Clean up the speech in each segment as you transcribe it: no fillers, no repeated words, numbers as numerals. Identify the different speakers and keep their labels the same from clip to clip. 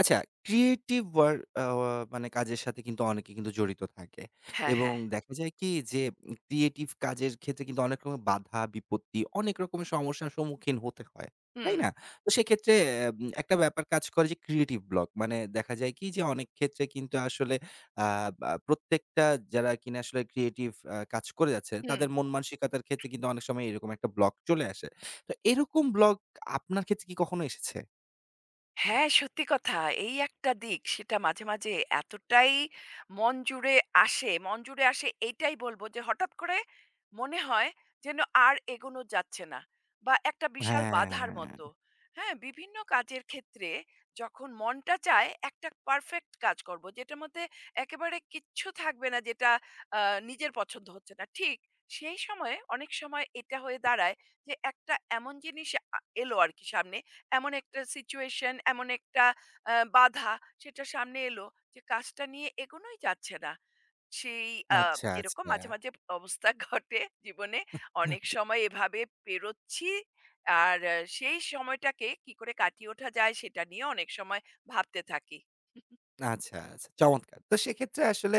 Speaker 1: আচ্ছা, creative were a ওয়া মানে কাজের সাথে কিন্তু অনেকে কিন্তু জড়িত থাকে।
Speaker 2: হ্যাঁ,
Speaker 1: এবং
Speaker 2: হ্যাঁ।
Speaker 1: দেখা যায় কি যে ক্রিয়েটিভ কাজের ক্ষেত্রে কিন্তু অনেক রকমের বাধা, বিপত্তি, অনেক রকমের সমস্যার সম্মুখীন হতে হয়। তাই
Speaker 2: হুম,
Speaker 1: না? তো সেক্ষেত্রে এম একটা ব্যাপার কাজ করে যে ক্রিয়েটিভ ব্লক। মানে দেখা যায় কি যে অনেক ক্ষেত্রে কিন্তু আসলে আ বা প্রত্যেকটা যারা কিনা আসলে ক্রিয়েটিভ কাজ করে যাচ্ছে
Speaker 2: হুম,
Speaker 1: তাদের মন মানসিকতার ক্ষেত্রে কিন্তু অনেক সময় এরকম একটা ব্লক চলে আসে। তো এরকম ব্লক আপনার ক্ষেত্রে কি কখনো এসেছে?
Speaker 2: হ্যাঁ, সত্যি কথা। এই একটা দিক সেটা মাঝে, মাঝে এতটাই মন জুড়ে আসে মন জুড়ে আসে এইটাই বলব যে হঠাৎ করে মনে হয় যেন আর এগোনো যাচ্ছে না বা একটা বিশাল বাধার
Speaker 1: হ্যাঁ।
Speaker 2: মতো। হ্যাঁ, বিভিন্ন কাজের ক্ষেত্রে যখন মনটা চায় একটা পারফেক্ট কাজ করব যেটার মধ্যে একেবারে কিচ্ছু থাকবে না যেটা আ নিজের পছন্দ হচ্ছে না। ঠিক সেই সময়ে অনেক সময় এটা হয়ে দাঁড়ায় যে একটা এমন জিনিস এলো আরকি সামনে, এমন একটা সিচুয়েশন, এমন একটা বাধা সেটা সামনে এলো যে কাজটা নিয়ে এগোনোই যাচ্ছে না। সেই আ
Speaker 1: আচ্ছা,
Speaker 2: এরকম
Speaker 1: আচ্ছা।
Speaker 2: মাঝে, মাঝে অবস্থা ঘটে জীবনে। অনেক
Speaker 1: আচ্ছা,
Speaker 2: সময় এভাবে পেরোচ্ছি। আর সেই সময়টাকে কি করে কাটিয়ে ওঠা যায় সেটা নিয়ে অনেক সময় ভাবতে থাকি।
Speaker 1: আচ্ছা, আচ্ছা। চমৎকার! তো সেক্ষেত্রে আসলে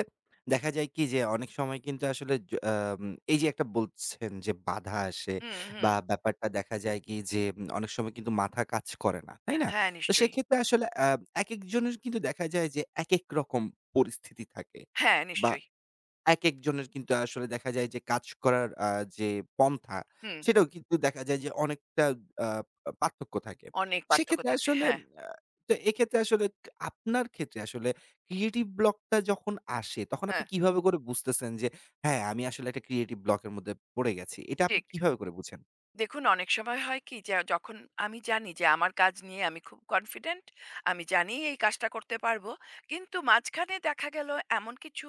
Speaker 1: দেখা যায় কি যে অনেক সময় কিন্তু আসলে য আম এই যে একটা বলছেন যে বাধা আসে
Speaker 2: হুম, হুম।
Speaker 1: বা ব্যাপারটা দেখা যায় কি যে অনেক সময় কিন্তু মাথা কাজ করে না। তাই না?
Speaker 2: হ্যাঁ,
Speaker 1: তো
Speaker 2: নিশ্চয়ই।
Speaker 1: সেক্ষেত্রে আসলে একেকজনের কিন্তু দেখা যায় যে একেক রকম পরিস্থিতি থাকে
Speaker 2: হ্যাঁ,
Speaker 1: বা
Speaker 2: নিশ্চয়ই।
Speaker 1: একেকজনের কিন্তু আসলে দেখা যায় যে কাজ করার যে পন্থা,
Speaker 2: হুম,
Speaker 1: সেটাও কিন্তু দেখা যায় যে অনেকটা আ পার্থক্য থাকে।
Speaker 2: অনেক পার্থক্য
Speaker 1: সেক্ষেত্রে
Speaker 2: থাকে।
Speaker 1: আসলে
Speaker 2: হ্যাঁ,
Speaker 1: আ তো এক্ষেত্রে আসলে আপনার ক্ষেত্রে আসলে ক্রিয়েটিভ ব্লকটা যখন আসে, তখন আপনি
Speaker 2: হ্যাঁ,
Speaker 1: কিভাবে করে বুঝতেছেন যে হ্যাঁ, আমি আসলে একটা ক্রিয়েটিভ ব্লকের মধ্যে পড়ে গেছি। এটা আপনি
Speaker 2: ঠিক।
Speaker 1: কিভাবে করে বুঝেন?
Speaker 2: দেখুন, অনেক সময় হয় কি যে যখন আমি জানি যে আমার কাজ নিয়ে আমি খুব কনফিডেন্ট, আমি জানি এই কাজটা করতে পারবো। কিন্তু মাঝখানে দেখা গেল এমন কিছু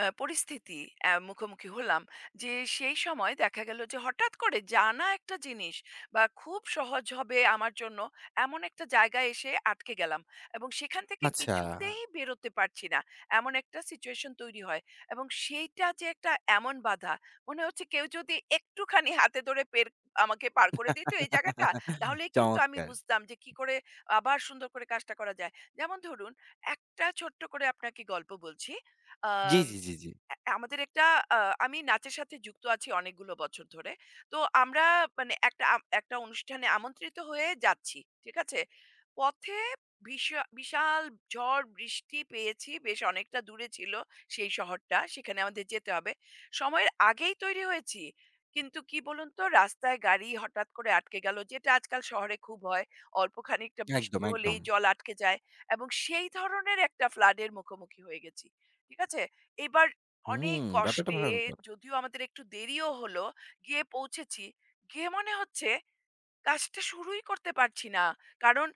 Speaker 2: পরিস্থিতি মুখোমুখি হলাম, যে সেই সময় দেখা গেল যে হঠাৎ করে জানা একটা জিনিস বা খুব সহজ হবে আমার জন্য, এমন একটা জায়গায় এসে আটকে গেলাম এবং সেখান থেকে
Speaker 1: আচ্ছা।
Speaker 2: কিছুতেই বেরোতে পারছি না। এমন একটা সিচুয়েশন তৈরি হয় এবং সেইটা যে একটা এমন বাধা, মনে হচ্ছে কেউ যদি একটুখানি হাতে ধরে পেরে আমাকে পার করে দিত এই জায়গাটা, তাহলেই কিন্তু আমি
Speaker 1: চমৎকার!
Speaker 2: বুঝতাম যে কি করে আবার সুন্দর করে কাজটা করা যায়। যেমন ধরুন একটা ছোট্ট করে আপনাকে গল্প বলছি।
Speaker 1: জি,
Speaker 2: আম
Speaker 1: জি, জি, জি।
Speaker 2: অ্যা আমাদের একটা আ আমি নাচের সাথে যুক্ত আছি অনেকগুলো বছর ধরে। তো আমরা মানে একটা একটা অনুষ্ঠানে আমন্ত্রিত হয়ে যাচ্ছি। ঠিক আছে? পথে বিশাল ঝড় বৃষ্টি পেয়েছি। বেশ অনেকটা দূরে ছিল সেই শহরটা। সেখানে আমাদের যেতে হবে। সময়ের আগেই তৈরি হয়েছি। কিন্তু কি বলুন তো, রাস্তায় গাড়ি হঠাৎ করে আটকে গেল। যেটা আজকাল শহরে খুব হয়। অল্প খানিকটা
Speaker 1: একদম,
Speaker 2: বৃষ্টি
Speaker 1: একদম।
Speaker 2: হলেই জল আটকে যায় এবং সেই ধরনের একটা ফ্লাড এর মুখোমুখি হয়ে গেছি। ঠিক আছে? এবার অনেক
Speaker 1: হুম, ব্যাপারটা
Speaker 2: কষ্টে,
Speaker 1: ভয়ংকর।
Speaker 2: যদিও আমাদের একটু দেরিও হলো, গিয়ে পৌঁছেছি। গিয়ে মনে হচ্ছে কাজটা শুরুই করতে পারছি না। কারণ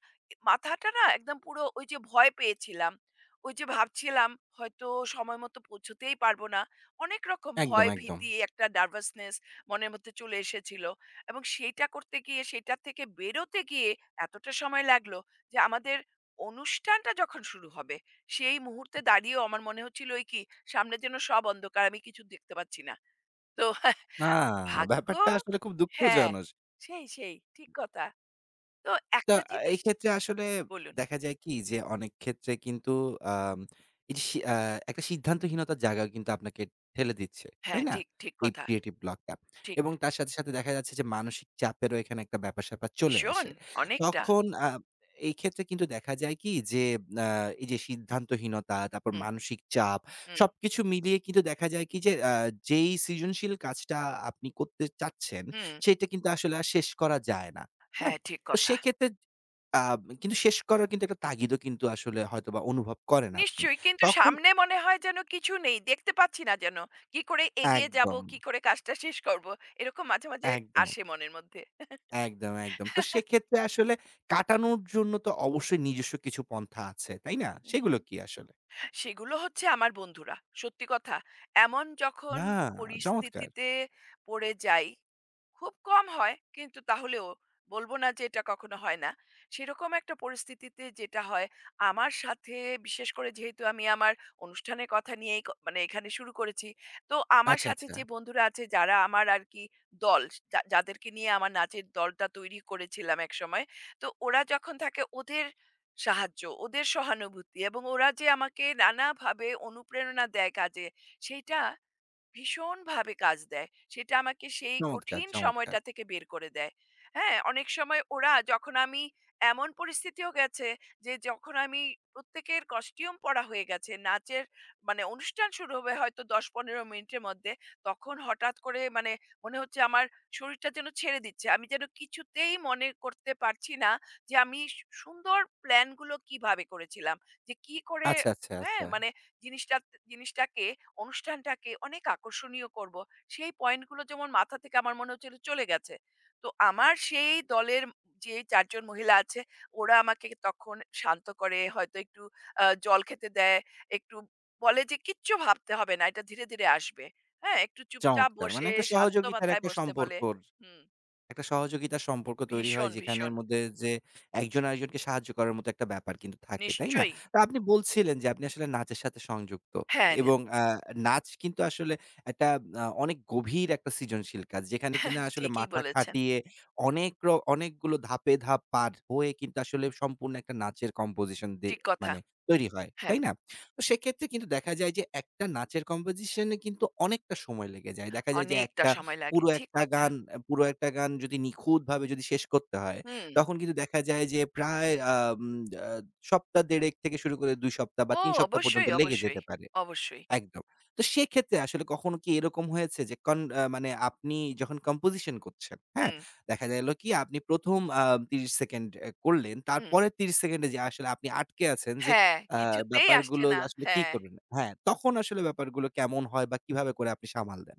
Speaker 2: মাথাটা না একদম পুরো ওই যে ভয় পেয়েছিলাম। ওই যে ভাবছিলাম হয়তো সময় মতো পৌঁছতেই পারবো না। অনেক রকম
Speaker 1: একদম,
Speaker 2: ভয়,
Speaker 1: একদম।
Speaker 2: ভীতি, একটা নার্ভাসনেস মনের মধ্যে চলে এসেছিল। এবং সেইটা করতে গিয়ে, সেটার থেকে বেরোতে গিয়ে এতটা সময় লাগলো যে আমাদের অনুষ্ঠানটা যখন শুরু হবে সেই মুহূর্তে দাঁড়িয়েও আমার মনে হচ্ছিল ওই কি সামনে যেন সব অন্ধকার, আমি কিছু দেখতে পাচ্ছি না। তো
Speaker 1: না,
Speaker 2: ভাগ্য।
Speaker 1: ব্যাপারটা আসলে খুব
Speaker 2: হ্যাঁ,
Speaker 1: দুঃখজনক।
Speaker 2: সেই, সেই ঠিক কথা। তো
Speaker 1: তো
Speaker 2: একটা জিনিস
Speaker 1: এক্ষেত্রে আসলে
Speaker 2: বলুন।
Speaker 1: দেখা যায় কি যে অনেক ক্ষেত্রে কিন্তু আম এই যে সি আ একটা সিদ্ধান্তহীনতার জায়গায় কিন্তু আপনাকে ঠেলে দিচ্ছে। তাই
Speaker 2: হ্যাঁ,
Speaker 1: না?
Speaker 2: ঠিক, ঠিক
Speaker 1: এই
Speaker 2: কথা।
Speaker 1: ক্রিয়েটিভ ব্লকটা।
Speaker 2: ঠিক।
Speaker 1: এবং তার সাথে, সাথে দেখা যাচ্ছে যে মানসিক চাপেরও এখানে একটা ব্যাপার-স্যাপার চলে
Speaker 2: ভীষণ
Speaker 1: আসে।
Speaker 2: অনেকটা।
Speaker 1: তখন এই ক্ষেত্রে কিন্তু দেখা যায় কি যে আ এই যে সিদ্ধান্তহীনতা, তারপর
Speaker 2: হুম,
Speaker 1: মানসিক চাপ
Speaker 2: হুম,
Speaker 1: সবকিছু মিলিয়ে কিন্তু দেখা যায় কি যে যেই সৃজনশীল কাজটা আপনি করতে চাচ্ছেন,
Speaker 2: হুম।
Speaker 1: সেটা কিন্তু আসলে আর শেষ করা যায় না। হ্যাঁ?
Speaker 2: হ্যাঁ, ঠিক
Speaker 1: তো
Speaker 2: কথা।
Speaker 1: সেক্ষেত্রে আ কিন্তু শেষ করার কিন্তু একটা তাগিদও কিন্তু আসলে হয়তোবা অনুভব করেন আপনি।
Speaker 2: নিশ্চয়ই, কিন্তু
Speaker 1: তখন
Speaker 2: সামনে মনে হয় যেন কিছু নেই। দেখতে পাচ্ছি না যেন। কি করে এগিয়ে যাবো,
Speaker 1: একদম,
Speaker 2: কি করে কাজটা শেষ করব। এরকম মাঝে, মাঝে
Speaker 1: একদম,
Speaker 2: আসে মনের মধ্যে।
Speaker 1: একদম, একদম। তো সেক্ষেত্রে আসলে কাটানোর জন্য তো অবশ্যই নিজস্ব কিছু পন্থা আছে, তাই না? সেগুলো
Speaker 2: উহু।
Speaker 1: কি আসলে?
Speaker 2: সেগুলো হচ্ছে আমার বন্ধুরা। সত্যি কথা। এমন যখন
Speaker 1: আ চমৎকার।
Speaker 2: পরিস্থিতিতে পড়ে যাই, খুব কম হয় কিন্তু তাহলেও বলব না যে এটা কখনো হয় না। সেরকম একটা পরিস্থিতিতে যেটা হয় আমার সাথে, বিশেষ করে যেহেতু আমি আমার অনুষ্ঠানের কথা নিয়েই মানে এখানে শুরু করেছি। তো আমার
Speaker 1: আচ্ছা,
Speaker 2: সাথে
Speaker 1: আচ্ছা।
Speaker 2: যে বন্ধুরা আছে, যারা আমার আর কি দল, যাদেরকে নিয়ে আমার নাচের দলটা তৈরি করেছিলাম একসময়। তো ওরা যখন থাকে, ওদের সাহায্য, ওদের সহানুভূতি, এবং ওরা যে আমাকে নানাভাবে অনুপ্রেরণা দেয় কাজে, সেইটা ভীষণভাবে কাজ দেয়। সেটা আমাকে সেই
Speaker 1: চমৎকার,
Speaker 2: কঠিন
Speaker 1: চমৎকার।
Speaker 2: সময়টা থেকে বের করে দেয়। হ্যাঁ? অনেক সময় ওরা যখন আমি, এমন পরিস্থিতিও গেছে যে যখন আমি প্রত্যেকের কস্টিউম পরা হয়ে গেছে, নাচের মানে অনুষ্ঠান শুরু হবে হয়তো ১০-১৫ মিনিটের মধ্যে। তখন হঠাৎ করে মানে মনে হচ্ছে আমার শরীরটা যেন ছেড়ে দিচ্ছে। আমি যেন কিছুতেই মনে করতে পারছি না যে আমি সুন্দর প্ল্যান গুলো কিভাবে করেছিলাম। যে কি করে,
Speaker 1: আচ্ছা, আচ্ছা,
Speaker 2: হ্যাঁ?
Speaker 1: আচ্ছা।
Speaker 2: মানে জিনিসটা জিনিসটাকে অনুষ্ঠানটাকে অনেক আকর্ষণীয় করব। সেই পয়েন্টগুলো যেমন মাথা থেকে আমার মনে হচ্ছিল চলে গেছে। তো আমার সেই দলের যে ৪ জন মহিলা আছে, ওরা আমাকে তখন শান্ত করে, হয়তো একটু জল খেতে দেয়, একটু বলে যে, "কিচ্ছু ভাবতে হবে না, এটা ধীরে, ধীরে আসবে।" হ্যাঁ? একটু চুপচাপ
Speaker 1: চমৎকার। মানে
Speaker 2: বসে
Speaker 1: একটা
Speaker 2: শান্ত
Speaker 1: সহযোগিতার
Speaker 2: মাথায়
Speaker 1: একটা
Speaker 2: বসতে বলে।
Speaker 1: সম্পর্কর
Speaker 2: হুম,
Speaker 1: একটা সহযোগিতার সম্পর্ক তৈরি হয়
Speaker 2: ভীষণ,
Speaker 1: যেখানের
Speaker 2: ভীষণ।
Speaker 1: মধ্যে যে একজন আরেকজনকে সাহায্য করার মতো একটা ব্যাপার কিন্তু থাকে, তাই না?
Speaker 2: নিশ্চয়ই।
Speaker 1: তো আপনি বলছিলেন যে আপনি আসলে নাচের সাথে সংযুক্ত
Speaker 2: হ্যাঁ, না।
Speaker 1: এবং নাচ কিন্তু আসলে একটা অনেক গভীর একটা সৃজনশীল কাজ। যেখানে কিনা আসলে
Speaker 2: ঠিকই
Speaker 1: মাথা
Speaker 2: বলেছেন।
Speaker 1: খাটিয়ে অনেক র অনেকগুলো ধাপে ধাপ পার হয়ে কিন্তু আসলে সম্পূর্ণ একটা নাচের কম্পোজিশন
Speaker 2: ঠিক কথা।
Speaker 1: মানে তৈরি হয়, তাই
Speaker 2: হ্যাঁ,
Speaker 1: না? তো সেক্ষেত্রে কিন্তু দেখা যায় যে একটা নাচের কম্পোজিশন এ কিন্তু অনেকটা সময় লেগে যায়। দেখা যায় যে
Speaker 2: অনেকটা
Speaker 1: একটা
Speaker 2: সময় লাগে। ঠিক কথা।
Speaker 1: পুরো একটা গান যদি নিখুঁতভাবে যদি শেষ করতে হয়,
Speaker 2: হুম।
Speaker 1: তখন কিন্তু দেখা যায় যে প্রায় আম আ সপ্তাহ দেড়েক থেকে শুরু করে ২ সপ্তাহ বা
Speaker 2: ও,
Speaker 1: ৩ সপ্তাহ পর্যন্ত
Speaker 2: অবশ্যই,
Speaker 1: লেগে যেতে
Speaker 2: অবশ্যই,
Speaker 1: পারে।
Speaker 2: অবশ্যই।
Speaker 1: একদম। তো সেক্ষেত্রে আসলে কখনো কি এরকম হয়েছে যে কন আ মানে আপনি যখন কম্পোজিশন করছেন, হ্যাঁ?
Speaker 2: হুম,
Speaker 1: দেখা গেল কি আপনি ১ম ৩০ সেকেন্ড এ করলেন।
Speaker 2: হুম।
Speaker 1: তারপরের ৩০ সেকেন্ডে যে আসলে আপনি আটকে আছেন যে
Speaker 2: হ্যাঁ,
Speaker 1: আ
Speaker 2: কিছুতেই আসছে
Speaker 1: ব্যাপারগুলো
Speaker 2: না।
Speaker 1: আসলে কি
Speaker 2: হ্যাঁ।
Speaker 1: করবেন? হ্যাঁ, তখন আসলে ব্যাপারগুলো কেমন হয় বা কিভাবে করে আপনি সামাল দেন?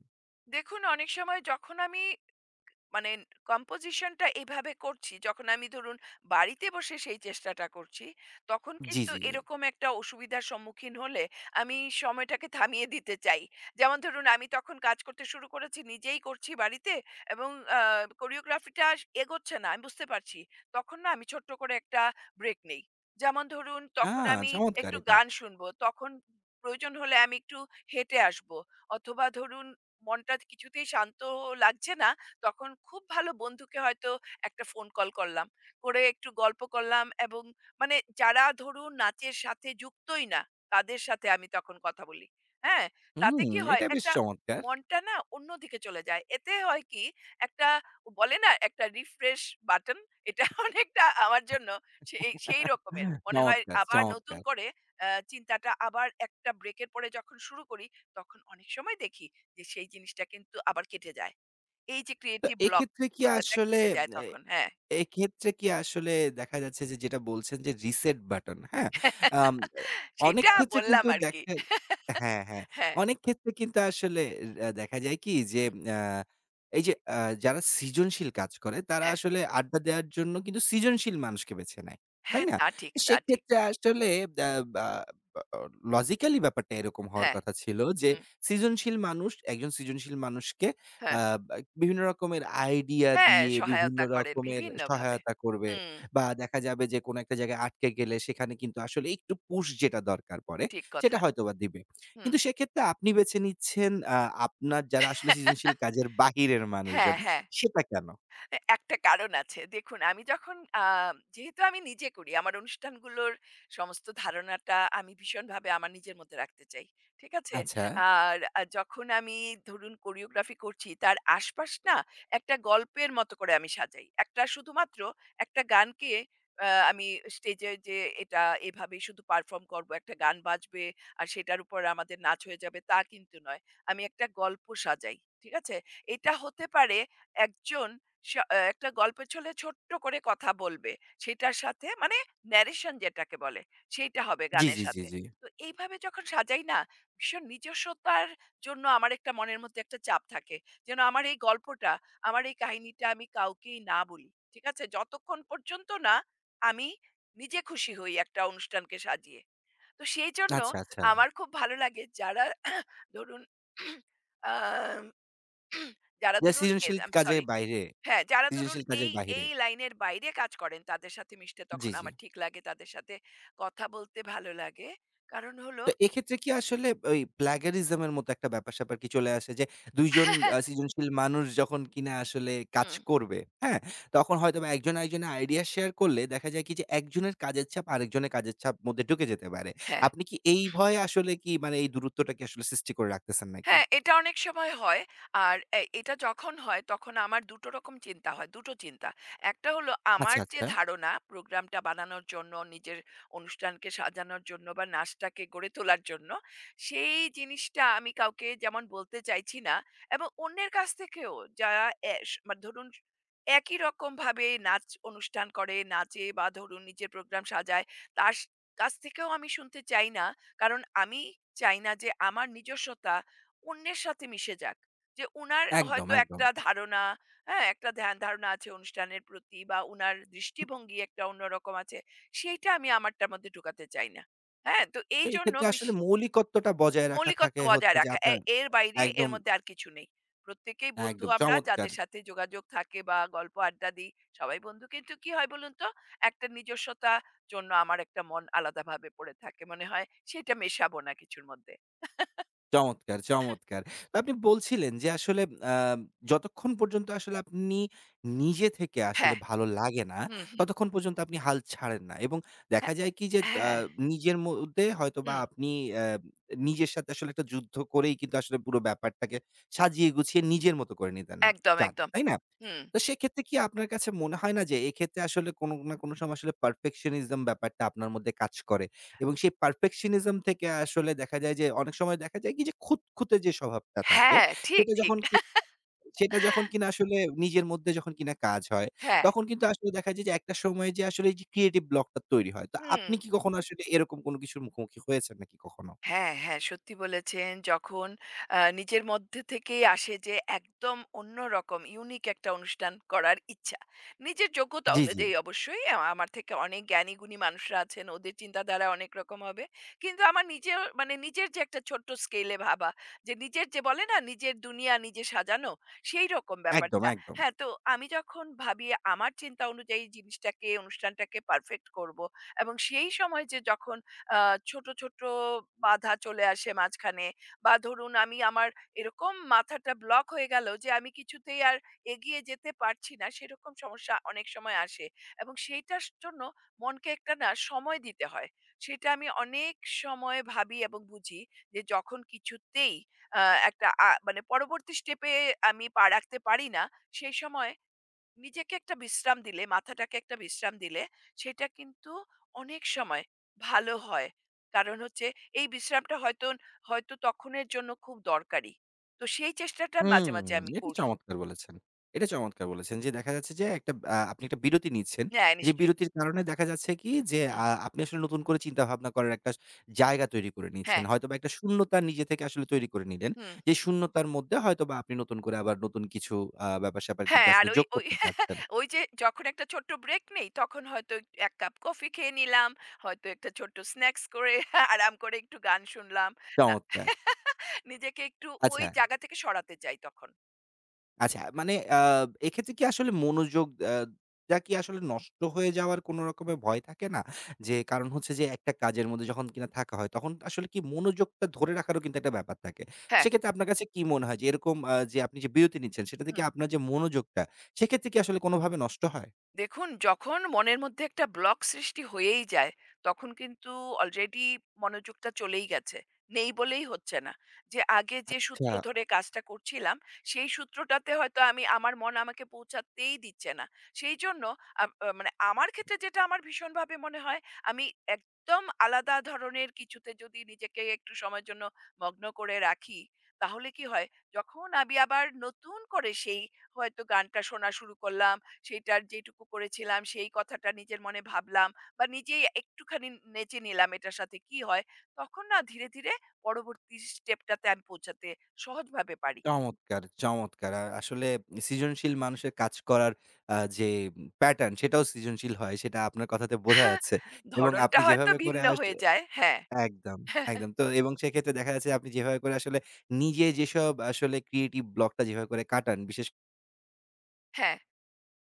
Speaker 2: দেখুন, অনেক সময় যখন আমি মানে কম্পোজিশনটা এভাবে করছি, যখন আমি ধরুন বাড়িতে বসে সেই চেষ্টাটা করছি, তখন
Speaker 1: জি,
Speaker 2: কিন্তু
Speaker 1: জি।
Speaker 2: এরকম একটা অসুবিধার সম্মুখীন হলে আমি সময়টাকে থামিয়ে দিতে চাই। যেমন ধরুন আমি তখন কাজ করতে শুরু করেছি নিজেই করছি বাড়িতে এবং কোরিওগ্রাফিটা এগোচ্ছে না আমি বুঝতে পারছি, তখন না আমি ছোট্ট করে একটা ব্রেক নেই। যেমন ধরুন
Speaker 1: আ
Speaker 2: তখন আমি
Speaker 1: চমৎকার
Speaker 2: একটু
Speaker 1: এটা।
Speaker 2: গান শুনবো, তখন প্রয়োজন হলে আমি একটু হেঁটে আসবো, অথবা ধরুন মনটা কিছুতেই শান্ত লাগছে না, তখন খুব ভালো বন্ধুকে হয়তো একটা ফোন কল করলাম। করে একটু গল্প করলাম এবং মানে যারা ধরুন নাচের সাথে যুক্তই না, তাদের সাথে আমি তখন কথা বলি। হ্যাঁ?
Speaker 1: হুম,
Speaker 2: তাতে কি হয়
Speaker 1: এটা বেশ
Speaker 2: একটা
Speaker 1: চমৎকার।
Speaker 2: মনটা না অন্যদিকে চলে যায়। এতে হয় কি একটা, বলে না একটা রিফ্রেশ বাটন, এটা অনেকটা আমার জন্য সেই সেই রকমের। মনে হয়
Speaker 1: চমৎকার,
Speaker 2: আবার নতুন
Speaker 1: চমৎকার।
Speaker 2: করে চিন্তাটা আবার একটা ব্রেকের পরে যখন শুরু করি, তখন অনেক সময় দেখি যে সেই জিনিসটা কিন্তু আবার কেটে যায়। এই যে
Speaker 1: তো
Speaker 2: creative block
Speaker 1: এক্ষেত্রে কি
Speaker 2: কথাটা
Speaker 1: আসলে
Speaker 2: কেটে যায়
Speaker 1: এ
Speaker 2: তখন। হ্যাঁ।
Speaker 1: এক্ষেত্রে কি আসলে দেখা যাচ্ছে যে যেটা বলছেন যে reset button, হ্যাঁ? আম আ অনেক
Speaker 2: সেটা
Speaker 1: ক্ষেত্রে
Speaker 2: বললাম
Speaker 1: কিন্তু
Speaker 2: আরকি।
Speaker 1: দেখা হ্যাঁ, হ্যাঁ।
Speaker 2: হ্যাঁ,
Speaker 1: অনেক ক্ষেত্রে কিন্তু আসলে দেখা যায় কি যে
Speaker 2: হুম,
Speaker 1: আ এই যে যারা সৃজনশীল কাজ করে তারা
Speaker 2: হ্যাঁ,
Speaker 1: আসলে আড্ডা দেওয়ার জন্য কিন্তু সৃজনশীল মানুষকে বেছে নেয়। তাই
Speaker 2: হ্যাঁ,
Speaker 1: না?
Speaker 2: তা ঠিক,
Speaker 1: তো
Speaker 2: তা ঠিক।
Speaker 1: সেক্ষেত্রে আসলে বা বা লজিক্যালি ব্যাপারটা এরকম হওয়ার
Speaker 2: হ্যাঁ,
Speaker 1: কথা ছিল যে
Speaker 2: হুম,
Speaker 1: সৃজনশীল মানুষ একজন সৃজনশীল মানুষকে আ
Speaker 2: হ্যাঁ,
Speaker 1: বা বিভিন্ন রকমের আইডিয়া
Speaker 2: হ্যাঁ,
Speaker 1: দিয়ে বিভিন্ন
Speaker 2: সহায়তা করেন
Speaker 1: রকমের
Speaker 2: বিভিন্নভাবে।
Speaker 1: সহায়তা করবে
Speaker 2: হুম,
Speaker 1: বা দেখা যাবে যে কোনো একটা জায়গায় আটকে গেলে সেখানে কিন্তু আসলে একটু পুশ যেটা দরকার পড়ে
Speaker 2: ঠিক
Speaker 1: সেটা
Speaker 2: কথা।
Speaker 1: হয়তোবা দিবে।
Speaker 2: হুম।
Speaker 1: কিন্তু সেক্ষেত্রে আপনি বেছে নিচ্ছেন আপনার যারা আসলে সৃজনশীল কাজের বাহিরের
Speaker 2: হ্যাঁ,
Speaker 1: মানুষজন
Speaker 2: হ্যাঁ।
Speaker 1: সেটা কেন?
Speaker 2: এ একটা কারণ আছে। দেখুন, আমি যখন যেহেতু আমি নিজে করি, আমার অনুষ্ঠানগুলোর সমস্ত ধারণাটা আমি ভীষণভাবে আমার নিজের মধ্যে রাখতে চাই। ঠিক আছে?
Speaker 1: আচ্ছা।
Speaker 2: আর যখন আমি ধরুন কোরিওগ্রাফি করছি, তার আশপাশ না একটা গল্পের মতো করে আমি সাজাই। একটা শুধুমাত্র একটা গানকে আমি স্টেজে যে এটা এভাবেই শুধু পারফর্ম করব, একটা গান বাজবে আর সেটার উপর আমাদের নাচ হয়ে যাবে, তা কিন্তু নয়। আমি একটা গল্প সাজাই। ঠিক আছে? এটা হতে পারে একজন স অ্যা একটা গল্পের ছলে ছোট্ট করে কথা বলবে। সেটার সাথে মানে ন্যারেশন যেটাকে বলে, সেইটা হবে
Speaker 1: জি,
Speaker 2: গানের
Speaker 1: জি, জি,
Speaker 2: সাথে।
Speaker 1: জি।
Speaker 2: তো এইভাবে যখন সাজাই না, ভীষণ নিজস্বতার জন্য আমার একটা মনের মধ্যে একটা চাপ থাকে। যেন আমার এই গল্পটা, আমার এই কাহিনীটা আমি কাউকেই না বলি। ঠিক আছে? যতক্ষণ পর্যন্ত না আমি নিজে খুশি হই একটা অনুষ্ঠানকে সাজিয়ে। তো সেই জন্য
Speaker 1: আচ্ছা, আচ্ছা।
Speaker 2: আমার খুব ভালো লাগে যারা ধরুন আম যারা
Speaker 1: যা
Speaker 2: ধরুন এ
Speaker 1: সৃজনশীল
Speaker 2: আম
Speaker 1: কাজের
Speaker 2: সরি,
Speaker 1: বাইরে
Speaker 2: হ্যাঁ, যারা ধরুন
Speaker 1: সৃজনশীল কাজের বাহিরে।
Speaker 2: এই লাইনের বাইরে কাজ করেন তাদের সাথে মিশতে
Speaker 1: জি,
Speaker 2: তখন
Speaker 1: জি।
Speaker 2: আমার ঠিক লাগে। তাদের সাথে কথা বলতে ভালো লাগে। কারণ হলো
Speaker 1: তো এক্ষেত্রে কি আসলে ওই প্লাগেরিজম এর মতো একটা ব্যাপার-স্যাপার কি চলে আসে যে ২ জন সৃজনশীল মানুষ যখন কিনা আসলে কাজ
Speaker 2: হুম,
Speaker 1: করবে, হ্যাঁ? তখন হয়তোবা একজন আরেকজনের আইডিয়া শেয়ার করলে দেখা যায় কি যে একজনের কাজের চাপ আরেকজনের কাজের চাপ মধ্যে ঢুকে যেতে পারে।
Speaker 2: হ্যাঁ।
Speaker 1: আপনি কি এই ভয়ে আসলে কি মানে এই দূরত্বটা কি আসলে সৃষ্টি করে রাখতেছেন নাকি?
Speaker 2: হ্যাঁ, এটা অনেক সময় হয়। আর এটা যখন হয় তখন আমার ২ টো রকম চিন্তা হয়। ২ টো চিন্তা। একটা হলো
Speaker 1: আচ্ছা,
Speaker 2: আমার যে
Speaker 1: আচ্ছা।
Speaker 2: ধারণা প্রোগ্রামটা বানানোর জন্য, নিজের অনুষ্ঠানকে সাজানোর জন্য বা নাচটাকে গড়ে তোলার জন্য, সেই জিনিসটা আমি কাউকে যেমন বলতে চাইছি না এবং অন্যের কাছ থেকেও, যারা এস মা ধরুন একই রকমভাবে নাচ অনুষ্ঠান করে, নাচে বা ধরুন নিজের প্রোগ্রাম সাজায়, তার স কাছ থেকেও আমি শুনতে চাই না। কারণ আমি চাই না যে আমার নিজস্বতা অন্যের সাথে মিশে যাক। যে উনার
Speaker 1: একদম,
Speaker 2: হয়তো
Speaker 1: একদম।
Speaker 2: একটা ধারণা, হ্যাঁ? একটা ধ্যান ধারণা আছে অনুষ্ঠানের প্রতি বা উনার দৃষ্টিভঙ্গি একটা অন্যরকম আছে। সেইটা আমি আমারটার মধ্যে ঢুকাতে চাই না। হ্যাঁ? তো
Speaker 1: তো এই
Speaker 2: এইজন্য
Speaker 1: ক্ষেত্রে
Speaker 2: বিশ
Speaker 1: আসলে মৌলিকত্বটা বজায় রাখা
Speaker 2: মৌলিকত্ব
Speaker 1: থাকে হচ্ছে
Speaker 2: বজায়
Speaker 1: যে
Speaker 2: রাখা। এ
Speaker 1: আপনার
Speaker 2: এর বাইরে এর
Speaker 1: একদম,
Speaker 2: মধ্যে আর কিছু নেই। প্রত্যেকেই বন্ধু
Speaker 1: একদম
Speaker 2: আমরা
Speaker 1: চমৎকার।
Speaker 2: যাদের সাথে যোগাযোগ থাকে বা গল্প আড্ডা দিই, সবাই বন্ধু। কিন্তু কি হয় বলুন তো? একটা নিজস্বতা জন্য আমার একটা মন আলাদাভাবে পড়ে থাকে। মনে হয় সেইটা মেশাবো না কিছুর মধ্যে।
Speaker 1: চমৎকার, চমৎকার। তো আপনি বলছিলেন যে আসলে আ যতক্ষণ পর্যন্ত আসলে আপনি নিজে থেকে আসলে
Speaker 2: হ্যাঁ।
Speaker 1: ভালো লাগে না,
Speaker 2: হুম, হুম।
Speaker 1: ততক্ষণ পর্যন্ত আপনি হাল ছাড়েন না। এবং দেখা
Speaker 2: হ্যাঁ,
Speaker 1: যায় কি যে আ
Speaker 2: হ্যাঁ।
Speaker 1: নিজের মধ্যে হয়তোবা
Speaker 2: হুম।
Speaker 1: আপনি আ নিজের সাথে আসলে একটা যুদ্ধ করেই কিন্তু আসলে পুরো ব্যাপারটাকে সাজিয়ে গুছিয়ে নিজের মতো করে নিতে
Speaker 2: একদম,
Speaker 1: চান।
Speaker 2: একদম।
Speaker 1: তাই না?
Speaker 2: হুম।
Speaker 1: তো সেক্ষেত্রে কি আপনার কাছে মনে হয় না যে এক্ষেত্রে আসলে কোনো না কোনো সময় আসলে পারফেকশনিজম ব্যাপারটা আপনার মধ্যে কাজ করে এবং সেই পারফেকশনিজম থেকে আসলে দেখা যায় যে অনেক সময় দেখা যায় কি যে খুঁতখুঁতে যে স্বভাবটা থাকে
Speaker 2: হ্যাঁ, ঠিক,
Speaker 1: সেটা
Speaker 2: ঠিক।
Speaker 1: যখন কি সেটা যখন কিনা আসলে নিজের মধ্যে যখন কিনা কাজ হয়
Speaker 2: হ্যাঁ।
Speaker 1: তখন কিন্তু আসলে দেখা যায় যে একটা সময় যে আসলে এই যে ক্রিয়েটিভ ব্লকটা তৈরি হয়। তো
Speaker 2: হুম।
Speaker 1: আপনি কি কখনো আসলে এরকম কোনো কিছুর মুখোমুখি হয়েছেন নাকি কখনো?
Speaker 2: হ্যাঁ, হ্যাঁ, সত্যি বলেছেন। যখন নিজের মধ্যে থেকেই আসে যে একদম অন্যরকম ইউনিক একটা অনুষ্ঠান করার ইচ্ছা। নিজের যোগ্যতা
Speaker 1: জি, জি।
Speaker 2: অনুযায়ী অবশ্যই আমার থেকে অনেক জ্ঞানী-গুণী মানুষরা আছেন। ওদের চিন্তাধারা অনেক রকম হবে। কিন্তু আমার নিজের মানে নিজের যে একটা ছোট্ট স্কেলে ভাবা, যে নিজের যে বলে না নিজের দুনিয়া নিজে সাজানো, সেইরকম
Speaker 1: একদম,
Speaker 2: ব্যাপারটা।
Speaker 1: একদম।
Speaker 2: হ্যাঁ, তো আমি যখন ভাবি আমার চিন্তা অনুযায়ী জিনিসটাকে, অনুষ্ঠানটাকে পারফেক্ট করব এবং সেই সময় যে যখন আ ছোট, ছোট বাধা চলে আসে মাঝখানে। বা ধরুন আমি আমার এরকম মাথাটা ব্লক হয়ে গেল যে আমি কিছুতেই আর এগিয়ে যেতে পারছি না, সেরকম সমস্যা অনেক সময় আসে। এবং সেইটার জন্য মনকে একটা না সময় দিতে হয়। সেটা আমি অনেক সময় ভাবি এবং বুঝি যে যখন কিছুতেই আ একটা আ মানে পরবর্তী স্টেপে আমি পা রাখতে পারি না, সেই সময় নিজেকে একটা বিশ্রাম দিলে, মাথাটাকে একটা বিশ্রাম দিলে, সেটা কিন্তু অনেক সময় ভালো হয়। কারণ হচ্ছে এই বিশ্রামটা হয়তো, হয়তো তখনের জন্য খুব দরকারি। তো সেই চেষ্টাটা
Speaker 1: হুম,
Speaker 2: মাঝে, মাঝে আমি
Speaker 1: এটা
Speaker 2: করি।
Speaker 1: চমৎকার বলেছেন। এটা চমৎকার বলেছেন যে দেখা যাচ্ছে যে একটা আপনি একটা বিরতি নিচ্ছেন।
Speaker 2: হ্যাঁ,
Speaker 1: যে
Speaker 2: নিশ্চয়ই।
Speaker 1: বিরতির কারণে দেখা যাচ্ছে কি যে
Speaker 2: হুম,
Speaker 1: আপনি আসলে নতুন করে চিন্তাভাবনা করার একটা জায়গা তৈরি করে নিচ্ছেন।
Speaker 2: হ্যাঁ,
Speaker 1: হয়তোবা একটা শূন্যতা নিজে থেকে আসলে তৈরি করে নিলেন।
Speaker 2: হুম।
Speaker 1: যে শূন্যতার মধ্যে হয়তোবা আপনি নতুন করে আবার নতুন কিছু ব্যাপার-স্যাপার কিন্তু
Speaker 2: হ্যাঁ, আর
Speaker 1: আসলে
Speaker 2: ওই,
Speaker 1: যোগ
Speaker 2: ওই,
Speaker 1: করতে পারছেন।
Speaker 2: ওই যে যখন একটা ছোট্ট ব্রেক নেই, তখন হয়তো ১ কাপ কফি খেয়ে নিলাম, হয়তো একটা ছোট্ট স্ন্যাকস করে আরাম করে একটু গান শুনলাম। না,
Speaker 1: চমৎকার।
Speaker 2: নিজেকে একটু ওই
Speaker 1: আচ্ছা
Speaker 2: জায়গা থেকে সরাতে চাই তখন।
Speaker 1: আচ্ছা মানে এক্ষেত্রে কি আসলে মনোযোগ আ টা কি আসলে নষ্ট হয়ে যাওয়ার কোন রকমের ভয় থাকে না? যে কারণ হচ্ছে যে একটা কাজের মধ্যে যখন কিনা থাকা হয় তখন আসলে কি মনোযোগটা ধরে রাখারও কিন্তু একটা ব্যাপার থাকে।
Speaker 2: হ্যাঁ,
Speaker 1: সেক্ষেত্রে আপনার কাছে কি মনে হয় যে এরকম যে আপনি যে বিরতি নিচ্ছেন সেটা থেকে
Speaker 2: হুম।
Speaker 1: আপনার যে মনোযোগটা সেক্ষেত্রে কি আসলে কোনভাবে নষ্ট হয়?
Speaker 2: দেখুন, যখন মনের মধ্যে একটা ব্লক সৃষ্টি হয়েই যায়, তখন কিন্তু অলরেডি মনোযোগটা চলেই গেছে। নেই বলেই হচ্ছে না। যে আগে যে
Speaker 1: আচ্ছা
Speaker 2: সূত্র ধরে কাজটা করছিলাম, সেই সূত্রটাতে হয়তো আমি আমার মন আমাকে পৌঁছাতেই দিচ্ছে না। সেইজন্য মানে আমার ক্ষেত্রে যেটা আমার ভীষণভাবে মনে হয়, আমি একদম আলাদা ধরনের কিছুতে যদি নিজেকে একটু সময়ের জন্য মগ্ন করে রাখি, তাহলে কি হয়? যখন আমি আবার নতুন করে সেই হয়তো গানটা শোনা শুরু করলাম, সেটার যেটুকু করেছিলাম সেই কথাটা নিজের মনে ভাবলাম বা নিজেই একটুখানি নেচে নিলাম, এটার সাথে কি হয়, তখন না ধীরে ধীরে পরবর্তী স্টেপটাতে আমি পৌঁছাতে সহজভাবে পারি।
Speaker 1: চমৎকার, চমৎকার। আসলে সৃজনশীল মানুষের কাজ করার যে প্যাটার্ন সেটাও সৃজনশীল হয় সেটা আপনার কথাতে বোঝা
Speaker 2: হ্যাঁ,
Speaker 1: যাচ্ছে। এবং
Speaker 2: ধরনটা
Speaker 1: আপনি
Speaker 2: হয়তো
Speaker 1: যেভাবে করে
Speaker 2: ভিন্ন হয়ে যায়। হ্যাঁ,
Speaker 1: একদম, একদম। তো এবং সেক্ষেত্রে দেখা যাচ্ছে আপনি যেভাবে করে আসলে নিজে যেসব আসলে ক্রিয়েটিভ ব্লকটা যেভাবে করে কাটান, বিশেষ
Speaker 2: হ্যাঁ,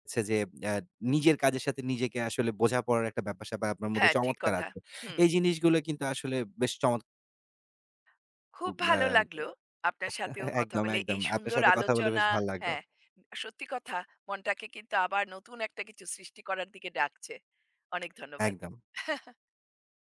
Speaker 1: হচ্ছে যে আ নিজের কাজের সাথে নিজেকে আসলে বোঝাপড়ার একটা ব্যাপার-স্যাপার আপনার মধ্যে
Speaker 2: হ্যাঁ, ঠিক
Speaker 1: চমৎকার
Speaker 2: কথা।
Speaker 1: আছে।
Speaker 2: হুম।
Speaker 1: এই জিনিসগুলো কিন্তু আসলে বেশ চমৎকার
Speaker 2: খুব ভালো লাগলো
Speaker 1: আ
Speaker 2: আপনার সাথেও কথা
Speaker 1: একদম,
Speaker 2: বলে,
Speaker 1: একদম।
Speaker 2: এই
Speaker 1: আপনার
Speaker 2: সুন্দর
Speaker 1: সাথে কথা বলে বেশ
Speaker 2: আলোচনা।
Speaker 1: ভাল লাগলো।
Speaker 2: হ্যাঁ, সত্যি কথা, মনটাকে কিন্তু আবার নতুন একটা কিছু সৃষ্টি করার দিকে ডাকছে। অনেক ধন্যবাদ।
Speaker 1: একদম।